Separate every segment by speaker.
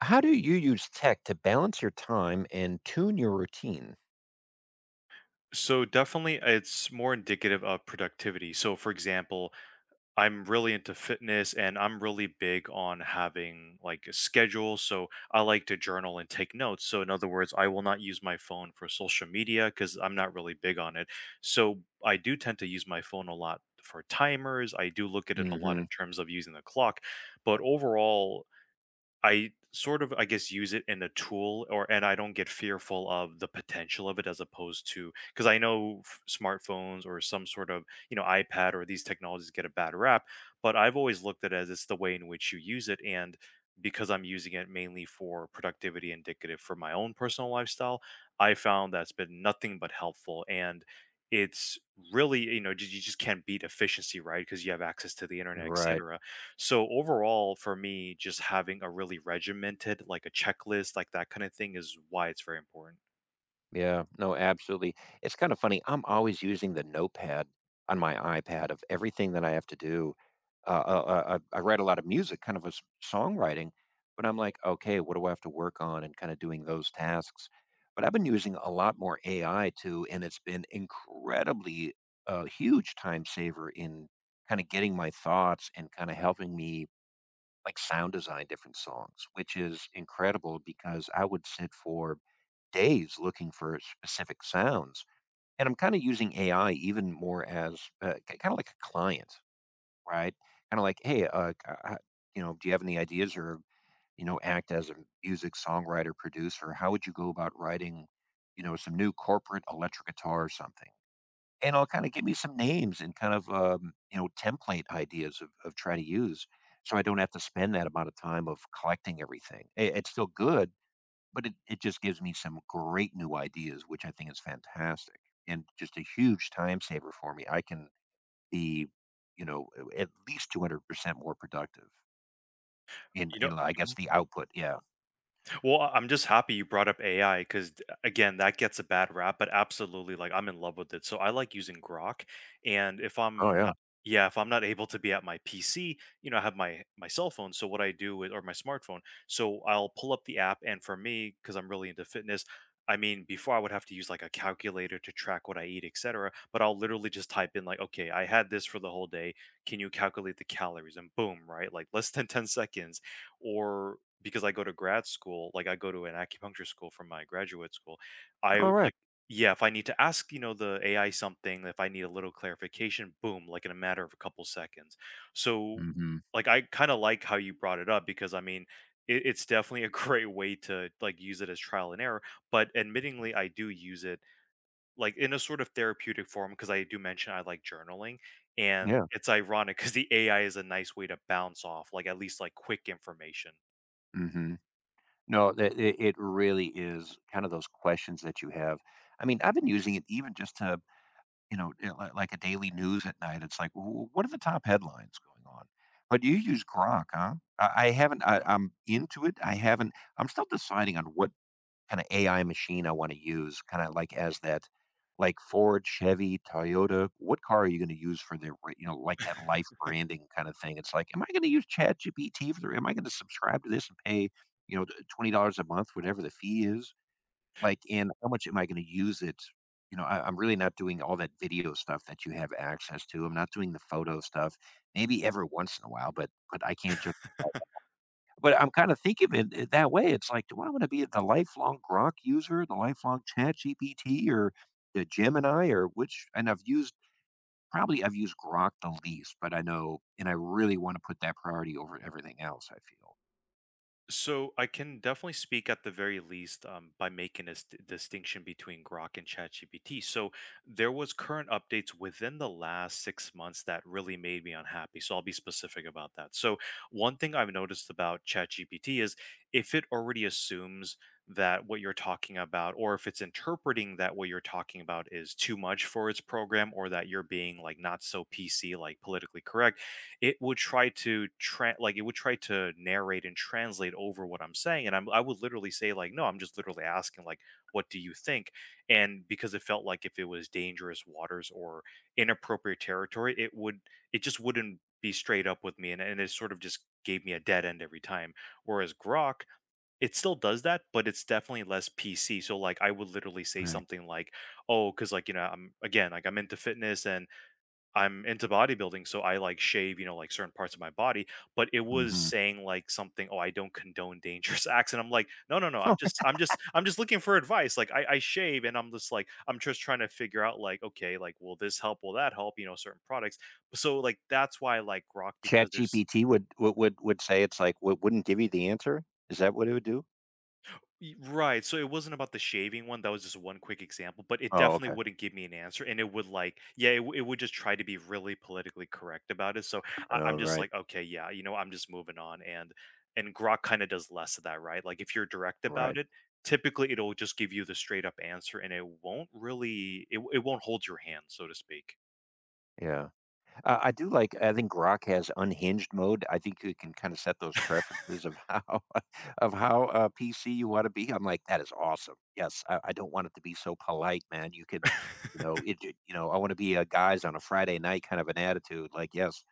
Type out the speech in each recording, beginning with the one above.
Speaker 1: How do you use tech to balance your time and tune your routine?
Speaker 2: So definitely it's more indicative of productivity. So for example, I'm really into fitness and I'm really big on having like a schedule. So I like to journal and take notes. So in other words, I will not use my phone for social media cuz I'm not really big on it. So I do tend to use my phone a lot for timers. I do look at it a lot
Speaker 1: hmm
Speaker 2: in terms of using the clock, but overall I sort of, I guess, use it in a tool, or and I don't get fearful of the potential of it as opposed to because I know smartphones or some sort of you know iPad or these technologies get a bad rap, but I've always looked at it as it's the way in which you use it and because I'm using it mainly for productivity indicative for my own personal lifestyle, I found that's been nothing but helpful and it's really you know you just can't beat efficiency right because you have access to the internet
Speaker 1: right.
Speaker 2: etc. So overall, for me, just having a really regimented, like a checklist, like that kind of thing is why it's very important.
Speaker 1: Yeah. No, absolutely. It's kind of funny. I'm always using the notepad on my iPad of everything that I have to do. I write a lot of music, kind of a songwriting, but I'm like, okay, what do I have to work on and kind of doing those tasks? But I've been using a lot more AI too, and it's been incredibly a huge time saver in kind of getting my thoughts and kind of helping me like sound design different songs, which is incredible because I would sit for days looking for specific sounds. And I'm kind of using AI even more as kind of like a client, right? Kind of like, hey, you know, do you have any ideas or, you know, act as a music songwriter, producer? How would you go about writing, you know, some new corporate electric guitar or something? And it'll kind of give me some names and kind of you know, template ideas of trying to use so I don't have to spend that amount of time of collecting everything. It's still good, but it just gives me some great new ideas which I think is fantastic, and just a huge time saver for me. I can be, you know, a- at least 200% more productive in,
Speaker 2: You know,
Speaker 1: I guess,
Speaker 2: mhm.
Speaker 1: the output. Yeah.
Speaker 2: Well, I'm just happy you brought up AI because, again, that gets a bad rap, but absolutely, like, I'm in love with it. So I like using Grok. And if
Speaker 1: Oh,
Speaker 2: I'm
Speaker 1: yeah.
Speaker 2: not, yeah, if I'm not able to be at my PC, you know, I have my cell phone. So what I do is, or my smartphone. So I'll pull up the app, and for me, because I'm really into fitness, I mean, before I would have to use like a calculator to track what I eat, etc. But I'll literally just type in like, okay, I had this for the whole day. Can you calculate the calories? And boom, right? Like less than 10 seconds, or because I go to grad school, like I go to an acupuncture school from my graduate school, I
Speaker 1: All right.
Speaker 2: like yeah, if I need to ask, you know, the AI something, if I need a little clarification, boom, like in a matter of a couple seconds. So
Speaker 1: Mm-hmm.
Speaker 2: like I kind of like how you brought it up because I mean it's definitely a great way to like use it as trial and error. But admittingly I do use it like in a sort of therapeutic form because I do mention I like journaling. And
Speaker 1: Yeah.
Speaker 2: it's ironic because the AI is a nice way to bounce off, like at least like quick information.
Speaker 1: hmm No, it really is kind of those questions that you have. I mean, I've been using it even just to, you know, eh, li like a daily news at night. It's like, "W "what are the top headlines going on?" But you use Grok, huh? I'm into it. I haven't. I'm still deciding on what kinda AI machine I wanna use, kinda like as that, like, Ford, Chevy, Toyota. What car are you gonna use for their ra you know, like that life branding kinda thing? It's like, am I gonna use ChatGPT for the? Am I gonna subscribe to this and pay, you know, $20 a month, whatever the fee is? Like, and how much am I gonna use it? You know, I I'm really not doing all that video stuff that you have access to. I'm not doing the photo stuff, maybe every once in a while, but I can't just but I'm kinda thinking it it that way. It's like, do I wanna be the lifelong Grok user, the lifelong ChatGPT, or the Gemini, or which? And I've used, probably I've used Grok the least, but I know and I really wanna put that priority over everything else, I feel.
Speaker 2: So I can definitely speak at the very least by making a distinction between Grok and ChatGPT. So there was current updates within the last 6 months that really made me unhappy. So I'll be specific about that. So one thing I've noticed about ChatGPT is if it already assumes that what you're talking about, or if it's interpreting that what you're talking about is too much for its program, or that you're being like not so PC, like politically correct it would try to like it would try to narrate and translate over what I'm saying, and I would literally say like, no, I'm just literally asking like, what do you think? And because it felt like if it was dangerous waters or inappropriate territory, it would it just wouldn't be straight up with me, and it sort of just gave me a dead end every time. Whereas Grok, it still does that, but it's definitely less PC. So like, I would literally say
Speaker 1: Right.
Speaker 2: something like, oh, because like you know, I'm again like I'm into fitness and I'm into bodybuilding, so I like shave, you know, like certain parts of my body, but it was
Speaker 1: Mhm.
Speaker 2: saying like something, "Oh, I don't condone dangerous acts." And I'm like, "No, no, no.
Speaker 1: Huh.
Speaker 2: I'm just looking for advice. Like I shave and I'm just like I'm just trying to figure out like, okay, like will this help? Will that help? You know, certain products." So like that's why I like rock because there's
Speaker 1: ChatGPT would say, it's like, wouldn't give you the answer? Is that what it would do?
Speaker 2: Y right, so it wasn't about the shaving one, that was just one quick example, but it
Speaker 1: Oh,
Speaker 2: definitely
Speaker 1: okay.
Speaker 2: wouldn't give me an answer, and it would, like yeah, it would just try to be really politically correct about it, so I
Speaker 1: Oh,
Speaker 2: I'm just
Speaker 1: right.
Speaker 2: like, "Okay, yeah, you know, I'm just moving on," and Grok kinda does less of that, right? Like, if you're direct about
Speaker 1: Right.
Speaker 2: it, typically, it'll just give you the straight up answer, and it won't really it won't hold your hand, so to speak.
Speaker 1: Yeah. I do like, I think Grok has unhinged mode. I think you can kind of set those preferences of how of how PC you want to be. I'm like, that is awesome. Yes, I don't want it to be so polite, man. You could, you know, You know, I want to be a guys on a Friday night kind of an attitude. Like, yes,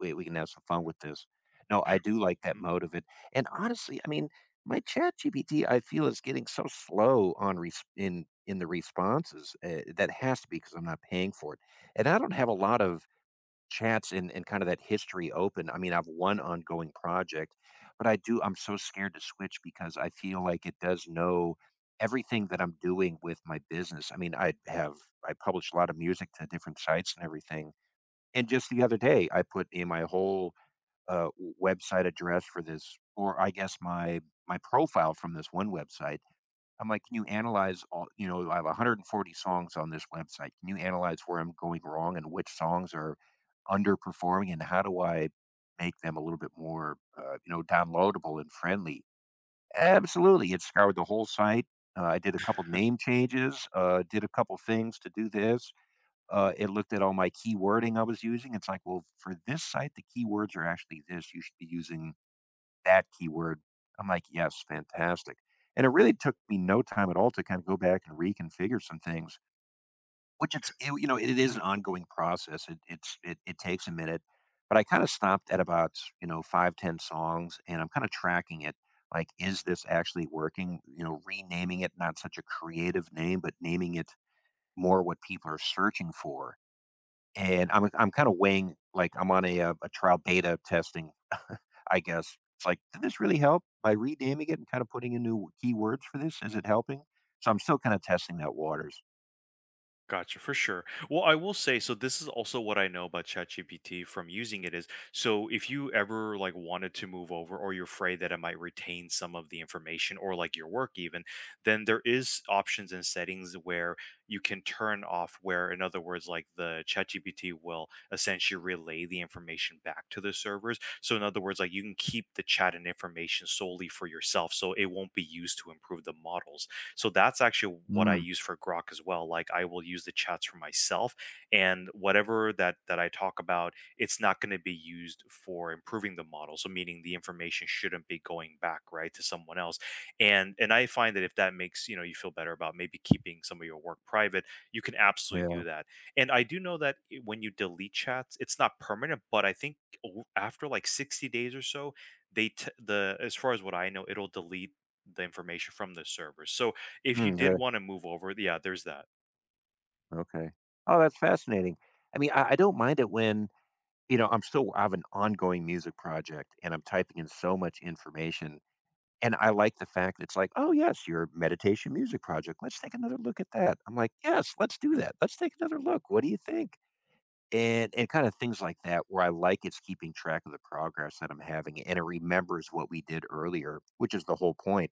Speaker 1: we can have some fun with this. No, I do like that
Speaker 2: Mhm,
Speaker 1: mode of it. And honestly, I mean, my Chat GPT, I feel, is getting so slow on in the responses. That has to be because I'm not paying for it, and I don't have a lot of Chance and kind of that history open. I mean, I've one ongoing project, but I do, I'm so scared to switch because I feel like it does know everything that I'm doing with my business. I mean, I have, I publish a lot of music to different sites and everything. And just the other day, I put in my whole website address for this, or I guess my, my profile from this one website. I'm like, "Can you analyze all," you know, I have 140 songs on this website. Can you analyze where I'm going wrong and which songs are underperforming, and how do I make them a little bit more, you know, downloadable and friendly?" Absolutely, it scoured the whole site. I did a couple name changes, did a couple things to do this. It looked at all my keywording I was using. It's like, "Well, for this site, the keywords are actually this. You should be using that keyword." I'm like, "Yes, fantastic." And it really took me no time at all to kind of go back and reconfigure some things, which it's it you know, it is
Speaker 2: mhm.
Speaker 1: an ongoing process. It it's it It takes a minute, but I kinda stopped at about, you know, 5, 10 songs, and I'm kinda tracking it, like, is this actually working? You know, renaming it, not such a creative name, but naming it more what people are searching for. And I'm kinda weighing like, I'm on a trial beta testing, I guess. It's like, "Did this really help by renaming it and kinda putting in new keywords for this? Is it helping?" So I'm still kinda testing that waters.
Speaker 2: Gotcha, for sure. Well, I will say, so this is also what I know about ChatGPT from using it is, so if you ever like wanted to move over or you're afraid that it might retain some of the information or like your work even, then there is options and settings where you can turn off where, in other words, like the ChatGPT will essentially relay the information back to the servers. So in other words, like you can keep the chat and information solely for yourself, so it won't be used to improve the models so that's actually what I
Speaker 1: Mm,
Speaker 2: use for Grok as well. Like I will use the chats for myself and whatever that I talk about, it's not going to be used for improving the model. So meaning the information shouldn't be going back right to someone else. And I find that if that makes, you know, you feel better about maybe keeping some of your work private, you can absolutely
Speaker 1: yeah.
Speaker 2: do that. And I do know that when you delete chats, it's not permanent, but I think after like 60 days or so, the as far as what I know, it'll delete the information from the server. So if you
Speaker 1: Mm,
Speaker 2: did
Speaker 1: really?
Speaker 2: wanna move over, yeah, there's that.
Speaker 1: Okay. Oh, that's fascinating. I mean, I don't mind it when, you know, I have an ongoing music project, and I'm typing in so much information, and I like the fact that it's like, "Oh, yes, your meditation music project. Let's take another look at that." I'm like, "Yes, let's do that. Let's take another look. What do you think?" And kind of things like that where I like it's keeping track of the progress that I'm having and it remembers what we did earlier, which is the whole point.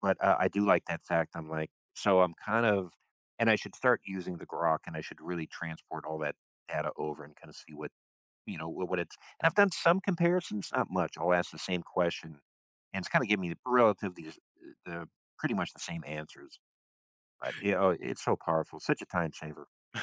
Speaker 1: But I do like that fact. I'm like, so I'm kind of, and I should start using the grok and I should really transport all that data over and kind of see what, you know, what it's, and I've done some comparisons, not much. I'll ask the same question and it's kind of giving me the relatively, the pretty much the same answers. But you know, it's so powerful, such a time saver.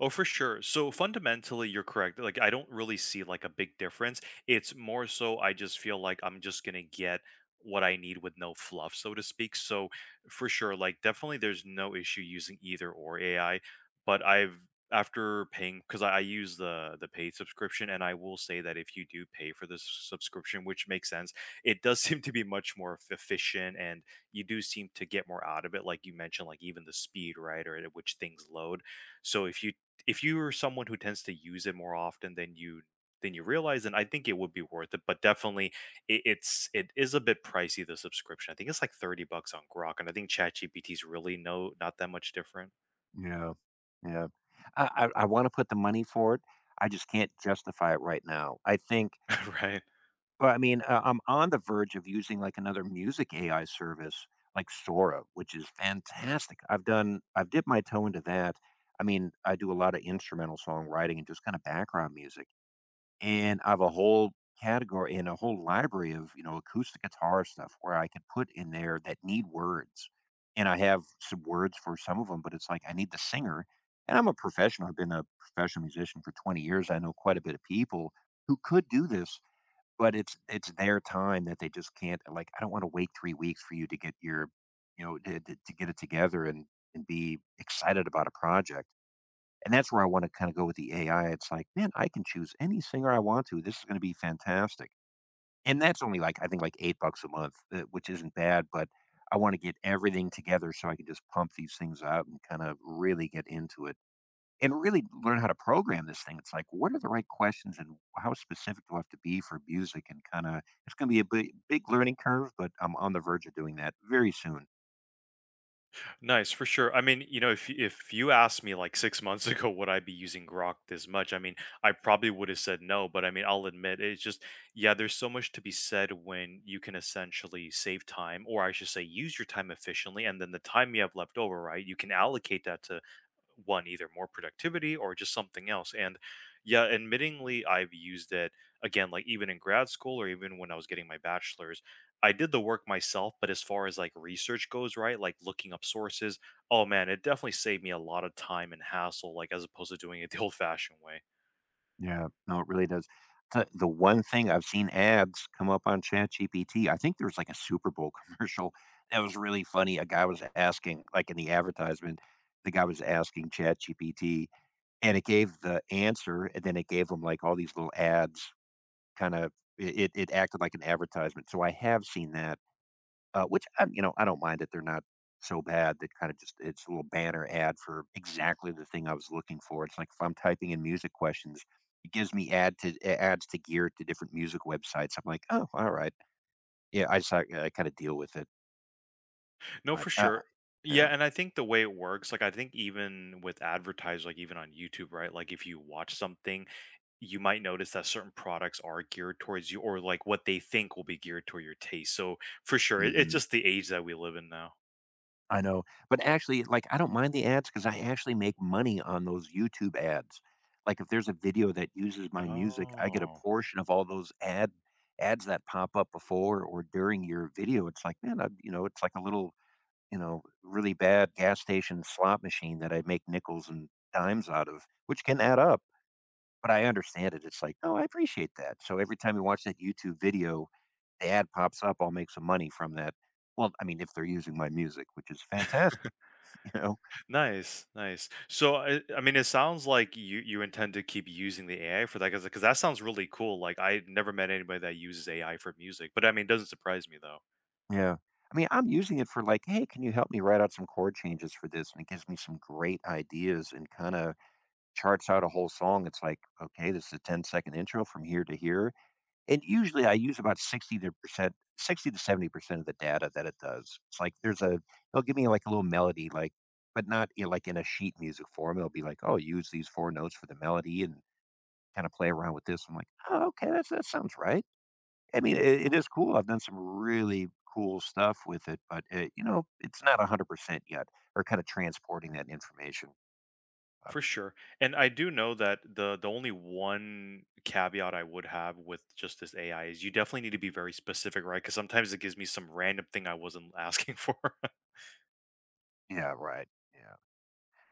Speaker 2: Oh, for sure. So fundamentally, you're correct. Like, I don't really see like a big difference. It's more so I just feel like I'm just gonna get what I need with no fluff, so to speak. So for sure, like definitely there's no issue using either or AI, but I've after paying because I use the paid subscription and I will say that if you do pay for this subscription, which makes sense, it does seem to be much more efficient and you do seem to get more out of it. Like you mentioned, like even the speed, right? Or at which things load so if you if you're someone who tends to use it more often than you realize, then I think it would be worth it. But definitely, it's it is a bit pricey the subscription. I think it's like $30 on Grok, and I think ChatGPT is really no not that much different,
Speaker 1: Yeah, yeah. I wanna put the money for it, I just can't justify it right now. I think,
Speaker 2: right?
Speaker 1: well, I mean, I'm on the verge of using, like, another music AI service, like Sora, which is fantastic. I've dipped my toe into that. I mean, I do a lot of instrumental songwriting and just kinda background music. And I have a whole category and a whole library of, you know, acoustic guitar stuff where I could put in there that need words. And I have some words for some of them, but it's like I need the singer. And I'm a professional. I've been a professional musician for 20 years. I know quite a bit of people who could do this, but it's their time that they just can't, like I don't want to wait 3 weeks for you to get your you know, to get it together and be excited about a project, and that's where I wanna kinda go with the AI. It's like, "Man, I can choose any singer I want to. This is gonna be fantastic." And that's only, like, I think, like, $8 a month, which isn't bad, but I wanna get everything together so I can just pump these things out and kind of really get into it and really learn how to program this thing. It's like, what are the right questions and how specific do I have to be for music, and kinda it's gonna be a big big learning curve, but I'm on the verge of doing that very soon.
Speaker 2: Nice, for sure. I mean, you know, if you asked me like 6 months ago, would I be using Grok this much? I mean, I probably would have said no, but I mean, I'll admit it's just, yeah, there's so much to be said when you can essentially save time, or I should say, use your time efficiently, and then the time you have left over, right? You can allocate that to one either more productivity or just something else and yeah admittingly I've used it again like even in grad school or even when I was getting my bachelor's I did the work myself but as far as like research goes right like looking up sources oh man it definitely saved me a lot of time and hassle like as opposed to doing it the old fashioned way.
Speaker 1: Yeah. No, it really does. The one thing I've seen ads come up on ChatGPT, I think there was like a Super Bowl commercial that was really funny. A guy was asking, like in the advertisement, the guy was asking ChatGPT, and it gave the answer, and then it gave him like all these little ads, kind of it acted like an advertisement. So I have seen that. Which I you know, I don't mind that they're not so bad, that kinda just it's a little banner ad for exactly the thing I was looking for. It's like if I'm typing in music questions, it gives me ad to a ads to gear to different music websites. I'm like, "Oh, alright." Yeah, I just I kinda deal with it,
Speaker 2: No,
Speaker 1: but,
Speaker 2: for sure. Yeah,
Speaker 1: yeah.
Speaker 2: and I think the way it works, like I think even with advertisers, like even on YouTube, right? Like if you watch something, you might notice that certain products are geared towards you, or like what they think will be geared toward your taste. So for sure, it's
Speaker 1: Mhm.
Speaker 2: just the age that we live in now.
Speaker 1: I know, but actually, like, I don't mind the ads because I actually make money on those YouTube ads. Like, if there's a video that uses my music, I get a
Speaker 2: Oh,
Speaker 1: portion of all those ad ads that pop up before or during your video. It's like, man, I you know, it's like a little, you know, really bad gas station slot machine that I make nickels and dimes out of, which can add up, but I understand it. It's like, "Oh, I appreciate that." So every time you watch that YouTube video, the ad pops up, I'll make some money from that. Well, I mean, if they're using my music, which is fantastic. You know?
Speaker 2: nice, nice. So I mean, it sounds like you intend to keep using the AI for that because that sounds really cool. Like I never met anybody that uses AI for music, but I mean, it doesn't surprise me though.
Speaker 1: Yeah. I mean, I'm using it for like, "Hey, can you help me write out some chord changes for this?" And it gives me some great ideas and kinda charts out a whole song. It's like, "Okay, this is a 10-second intro from here to here." And usually I use about 60 to 70% of the data that it does. It's like there's a, it'll give me like a little melody, like, but not in like in a sheet music form. It'll be like, "Oh, use these 4 notes for the melody and kinda play around with this." I'm like, "Oh, okay. That's that sounds right." I mean, it is cool. I've done some really cool stuff with it, but uh, you know, it's not 100% yet, or kind of transporting that information. Uh,
Speaker 2: For sure. And I do know that the only one caveat I would have with just this AI is you definitely need to be very specific, right? Because sometimes it gives me some random thing I wasn't asking for.
Speaker 1: yeah, right. Yeah.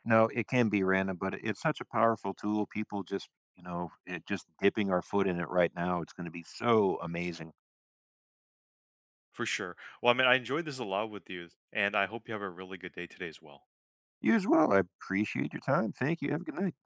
Speaker 1: No, it can be random, but it's such a powerful tool. People just, you know, just dipping our foot in it right now. It's going to be so amazing.
Speaker 2: For sure. Well, I mean, I enjoyed this a lot with you, and I hope you have a really good day today as well.
Speaker 1: You as well. I appreciate your time. Thank you. Have a good night.